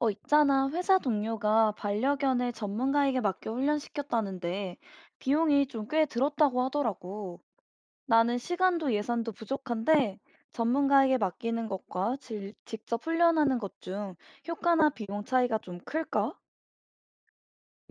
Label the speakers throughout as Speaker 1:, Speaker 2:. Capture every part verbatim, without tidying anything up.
Speaker 1: 어, 있잖아. 회사 동료가 반려견을 전문가에게 맡겨 훈련시켰다는데 비용이 좀 꽤 들었다고 하더라고. 나는 시간도 예산도 부족한데 전문가에게 맡기는 것과 질- 직접 훈련하는 것 중 효과나 비용 차이가 좀 클까?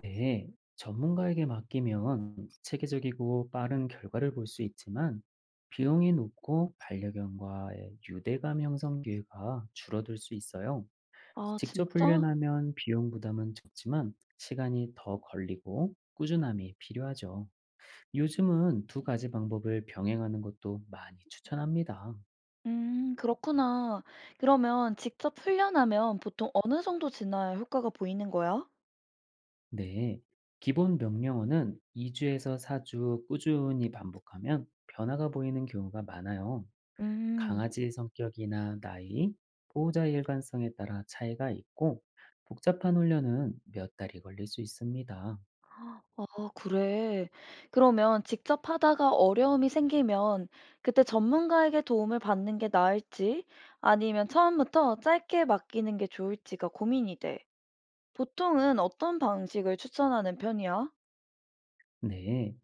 Speaker 2: 네, 전문가에게 맡기면 체계적이고 빠른 결과를 볼 수 있지만 비용이 높고 반려견과의 유대감 형성 기회가 줄어들 수 있어요.
Speaker 1: 아,
Speaker 2: 직접
Speaker 1: 진짜?
Speaker 2: 훈련하면 비용 부담은 적지만 시간이 더 걸리고 꾸준함이 필요하죠. 요즘은 두 가지 방법을 병행하는 것도 많이 추천합니다.
Speaker 1: 음, 그렇구나. 그러면 직접 훈련하면 보통 어느 정도 지나야 효과가 보이는 거야?
Speaker 2: 네, 기본 명령어는 이 주에서 사 주 꾸준히 반복하면 변화가 보이는 경우가 많아요.
Speaker 1: 음.
Speaker 2: 강아지의 성격이나 나이, 보호자의 일관성에 따라 차이가 있고 복잡한 훈련은 몇 달이 걸릴 수 있습니다.
Speaker 1: 아 그래. 그러면 직접 하다가 어려움이 생기면 그때 전문가에게 도움을 받는 게 나을지 아니면 처음부터 짧게 맡기는 게 좋을지가 고민이 돼. 보통은 어떤 방식을 추천하는 편이야?
Speaker 2: 네,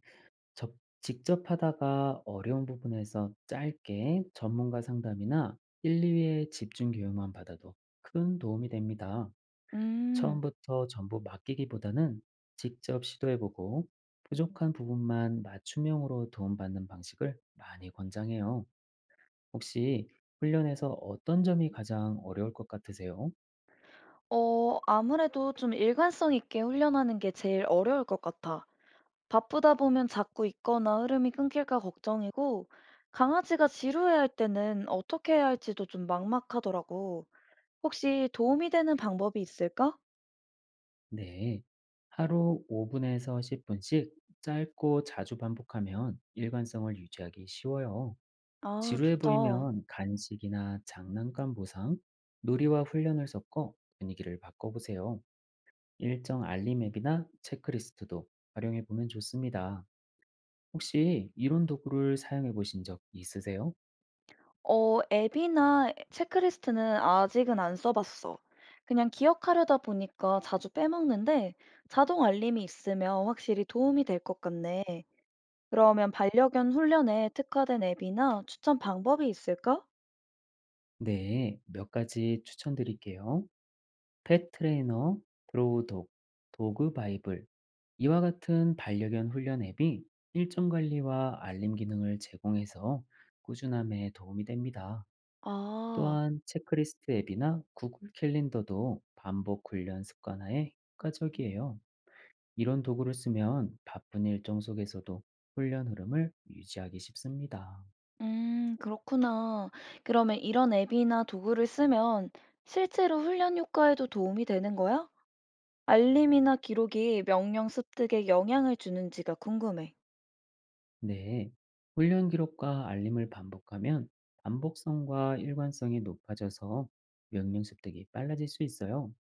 Speaker 2: 접- 직접 하다가 어려운 부분에서 짧게 전문가 상담이나 일, 이 회 집중 교육만 받아도 큰 도움이 됩니다.
Speaker 1: 음,
Speaker 2: 처음부터 전부 맡기기보다는 직접 시도해보고 부족한 부분만 맞춤형으로 도움받는 방식을 많이 권장해요. 혹시 훈련에서 어떤 점이 가장 어려울 것 같으세요?
Speaker 1: 어, 아무래도 좀 일관성 있게 훈련하는 게 제일 어려울 것 같아. 바쁘다 보면 자꾸 있거나 흐름이 끊길까 걱정이고, 강아지가 지루해할 때는 어떻게 해야 할지도 좀 막막하더라고. 혹시 도움이 되는 방법이 있을까?
Speaker 2: 네. 하루 오 분에서 십 분씩 짧고 자주 반복하면 일관성을 유지하기 쉬워요.
Speaker 1: 아,
Speaker 2: 지루해
Speaker 1: 좋다.
Speaker 2: 보이면 간식이나 장난감 보상, 놀이와 훈련을 섞어 분위기를 바꿔보세요. 일정 알림 앱이나 체크리스트도 활용해 보면 좋습니다. 혹시 이런 도구를 사용해 보신 적 있으세요?
Speaker 1: 어, 앱이나 체크리스트는 아직은 안 써봤어. 그냥 기억하려다 보니까 자주 빼먹는데 자동 알림이 있으면 확실히 도움이 될 것 같네. 그러면 반려견 훈련에 특화된 앱이나 추천 방법이 있을까?
Speaker 2: 네, 몇 가지 추천드릴게요. 펫 트레이너, 드로우 독, 도그 바이블 이와 같은 반려견 훈련 앱이 일정 관리와 알림 기능을 제공해서 꾸준함에 도움이 됩니다.
Speaker 1: 아,
Speaker 2: 또한 체크리스트 앱이나 구글 캘린더도 반복 훈련 습관화에 효과적이에요. 이런 도구를 쓰면 바쁜 일정 속에서도 훈련 흐름을 유지하기 쉽습니다.
Speaker 1: 음, 그렇구나. 그러면 이런 앱이나 도구를 쓰면 실제로 훈련 효과에도 도움이 되는 거야? 알림이나 기록이 명령 습득에 영향을 주는지가 궁금해.
Speaker 2: 네, 훈련 기록과 알림을 반복하면 반복성과 일관성이 높아져서 명령 습득이 빨라질 수 있어요.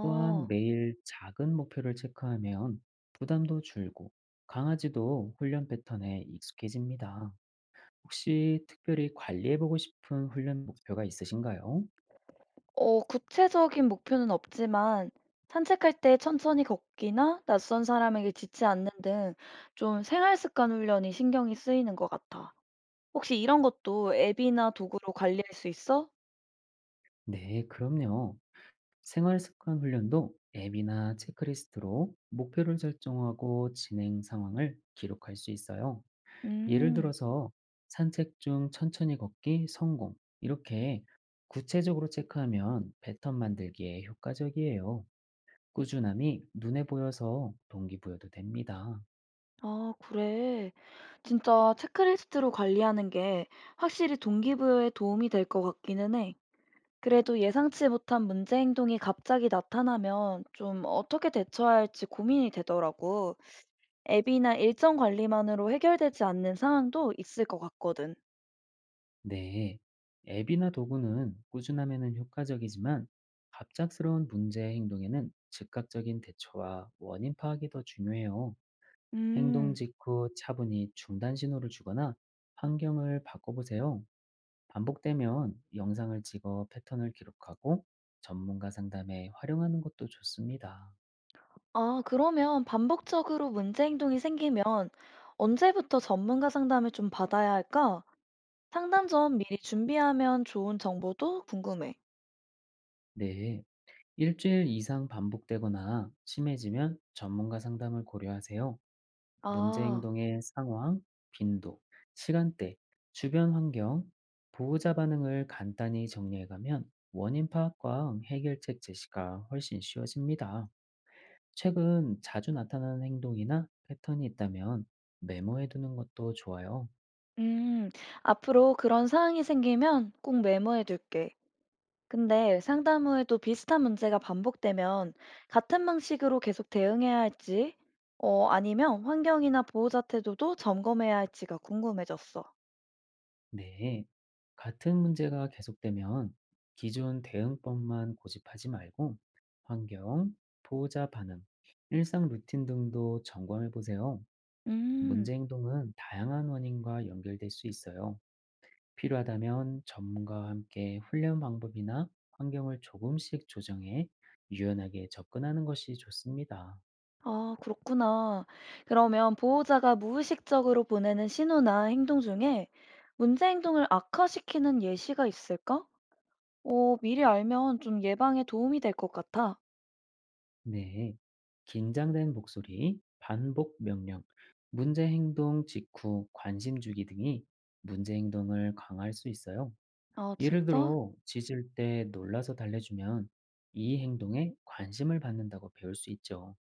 Speaker 2: 또한 매일 작은 목표를 체크하면 부담도 줄고 강아지도 훈련 패턴에 익숙해집니다. 혹시 특별히 관리해보고 싶은 훈련 목표가 있으신가요?
Speaker 1: 어, 구체적인 목표는 없지만 산책할 때 천천히 걷기나 낯선 사람에게 짖지 않는 등 좀 생활 습관 훈련이 신경이 쓰이는 것 같아. 혹시 이런 것도 앱이나 도구로 관리할 수 있어?
Speaker 2: 네, 그럼요. 생활 습관 훈련도 앱이나 체크리스트로 목표를 설정하고 진행 상황을 기록할 수 있어요. 예를
Speaker 1: 음,
Speaker 2: 들어서 산책 중 천천히 걷기 성공. 이렇게 구체적으로 체크하면 패턴 만들기에 효과적이에요. 꾸준함이 눈에 보여서 동기부여도 됩니다.
Speaker 1: 아, 그래. 진짜 체크리스트로 관리하는 게 확실히 동기부여에 도움이 될 것 같기는 해. 그래도 예상치 못한 문제 행동이 갑자기 나타나면 좀 어떻게 대처해야 할지 고민이 되더라고. 앱이나 일정 관리만으로 해결되지 않는 상황도 있을 것 같거든.
Speaker 2: 네. 앱이나 도구는 꾸준함에는 효과적이지만 갑작스러운 문제 행동에는 즉각적인 대처와 원인 파악이 더 중요해요. 행동
Speaker 1: 음,
Speaker 2: 직후 차분히 중단 신호를 주거나 환경을 바꿔보세요. 반복되면 영상을 찍어 패턴을 기록하고 전문가 상담에 활용하는 것도 좋습니다.
Speaker 1: 아, 그러면 반복적으로 문제 행동이 생기면 언제부터 전문가 상담을 좀 받아야 할까? 상담 전 미리 준비하면 좋은 정보도 궁금해.
Speaker 2: 네. 일주일 이상 반복되거나 심해지면 전문가 상담을 고려하세요. 문제
Speaker 1: 아,
Speaker 2: 행동의 상황, 빈도, 시간대, 주변 환경, 보호자 반응을 간단히 정리해가면 원인 파악과 해결책 제시가 훨씬 쉬워집니다. 최근 자주 나타나는 행동이나 패턴이 있다면 메모해두는 것도 좋아요.
Speaker 1: 음, 앞으로 그런 상황이 생기면 꼭 메모해 둘게. 근데 상담 후에도 비슷한 문제가 반복되면 같은 방식으로 계속 대응해야 할지, 어, 아니면 환경이나 보호자 태도도 점검해야 할지가 궁금해졌어.
Speaker 2: 네, 같은 문제가 계속되면 기존 대응법만 고집하지 말고 환경, 보호자 반응, 일상 루틴 등도 점검해 보세요.
Speaker 1: 음,
Speaker 2: 문제 행동은 다양한 원인과 연결될 수 있어요. 필요하다면 전문가와 함께 훈련 방법이나 환경을 조금씩 조정해 유연하게 접근하는 것이 좋습니다.
Speaker 1: 아, 그렇구나. 그러면 보호자가 무의식적으로 보내는 신호나 행동 중에 문제 행동을 악화시키는 예시가 있을까? 어, 미리 알면 좀 예방에 도움이 될 것 같아.
Speaker 2: 네. 긴장된 목소리, 반복 명령, 문제 행동 직후 관심 주기 등이 문제 행동을 강화할 수 있어요.
Speaker 1: 아,
Speaker 2: 예를
Speaker 1: 진짜?
Speaker 2: 들어, 짖을 때 놀라서 달래주면 이 행동에 관심을 받는다고 배울 수 있죠.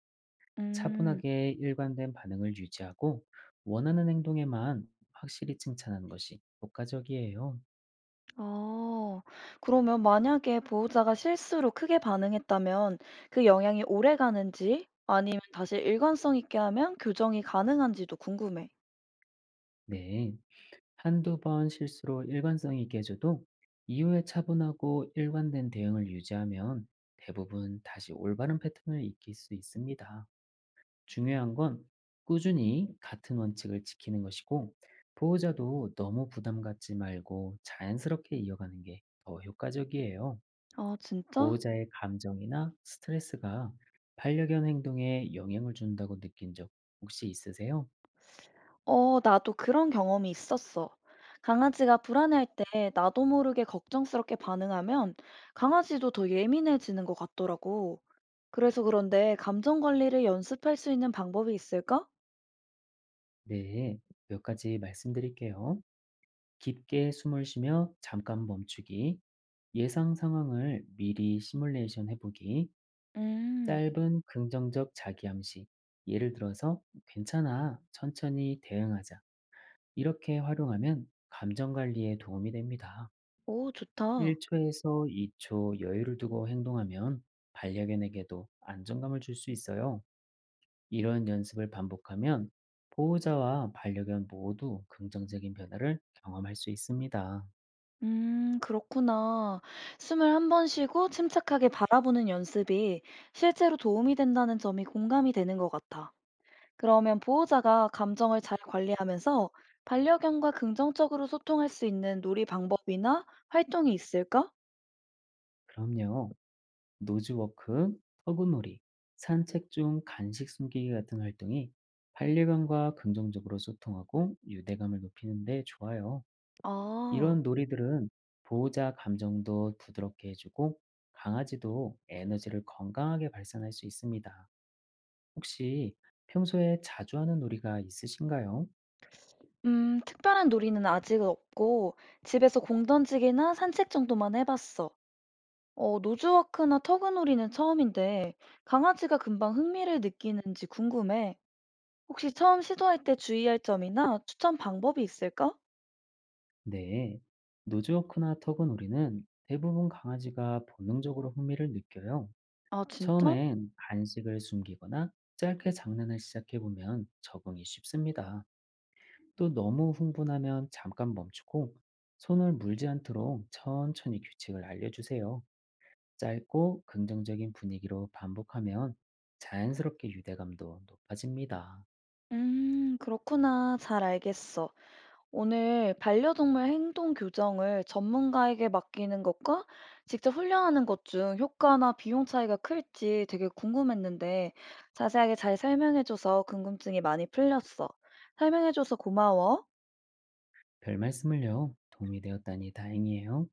Speaker 1: 음.
Speaker 2: 차분하게 일관된 반응을 유지하고 원하는 행동에만 확실히 칭찬하는 것이 효과적이에요.
Speaker 1: 아. 그러면 만약에 보호자가 실수로 크게 반응했다면 그 영향이 오래 가는지 아니면 다시 일관성 있게 하면 교정이 가능한지도 궁금해.
Speaker 2: 네. 한두 번 실수로 일관성 있게 해줘도 이후에 차분하고 일관된 대응을 유지하면 대부분 다시 올바른 패턴을 익힐 수 있습니다. 중요한 건 꾸준히 같은 원칙을 지키는 것이고 보호자도 너무 부담 갖지 말고 자연스럽게 이어가는 게 더 효과적이에요.
Speaker 1: 아, 진짜?
Speaker 2: 보호자의 감정이나 스트레스가 반려견 행동에 영향을 준다고 느낀 적 혹시 있으세요?
Speaker 1: 어, 나도 그런 경험이 있었어. 강아지가 불안해할 때 나도 모르게 걱정스럽게 반응하면 강아지도 더 예민해지는 것 같더라고. 그래서 그런데 감정 관리를 연습할 수 있는 방법이 있을까?
Speaker 2: 네, 몇 가지 말씀드릴게요. 깊게 숨을 쉬며 잠깐 멈추기, 예상 상황을 미리 시뮬레이션 해보기,
Speaker 1: 음,
Speaker 2: 짧은 긍정적 자기암시, 예를 들어서 괜찮아, 천천히 대응하자. 이렇게 활용하면 감정 관리에 도움이 됩니다.
Speaker 1: 오, 좋다.
Speaker 2: 일 초에서 이 초 여유를 두고 행동하면 반려견에게도 안정감을 줄 수 있어요. 이런 연습을 반복하면 보호자와 반려견 모두 긍정적인 변화를 경험할 수 있습니다.
Speaker 1: 음, 그렇구나. 숨을 한 번 쉬고 침착하게 바라보는 연습이 실제로 도움이 된다는 점이 공감이 되는 것 같아. 그러면 보호자가 감정을 잘 관리하면서 반려견과 긍정적으로 소통할 수 있는 놀이 방법이나 활동이 있을까?
Speaker 2: 그럼요. 노즈워크, 터그놀이, 산책 중 간식 숨기기 같은 활동이 반려견과 긍정적으로 소통하고 유대감을 높이는 데 좋아요.
Speaker 1: 아,
Speaker 2: 이런 놀이들은 보호자 감정도 부드럽게 해주고 강아지도 에너지를 건강하게 발산할 수 있습니다. 혹시 평소에 자주 하는 놀이가 있으신가요?
Speaker 1: 음, 특별한 놀이는 아직은 없고 집에서 공 던지기나 산책 정도만 해봤어. 어, 노즈워크나 터그놀이는 처음인데 강아지가 금방 흥미를 느끼는지 궁금해. 혹시 처음 시도할 때 주의할 점이나 추천 방법이 있을까?
Speaker 2: 네. 노즈워크나 터그놀이는 대부분 강아지가 본능적으로 흥미를 느껴요.
Speaker 1: 아, 진짜?
Speaker 2: 처음엔 간식을 숨기거나 짧게 장난을 시작해보면 적응이 쉽습니다. 또 너무 흥분하면 잠깐 멈추고 손을 물지 않도록 천천히 규칙을 알려주세요. 짧고 긍정적인 분위기로 반복하면 자연스럽게 유대감도 높아집니다.
Speaker 1: 음, 그렇구나. 잘 알겠어. 오늘 반려동물 행동 교정을 전문가에게 맡기는 것과 직접 훈련하는 것 중 효과나 비용 차이가 클지 되게 궁금했는데 자세하게 잘 설명해줘서 궁금증이 많이 풀렸어. 설명해줘서 고마워.
Speaker 2: 별 말씀을요. 도움이 되었다니 다행이에요.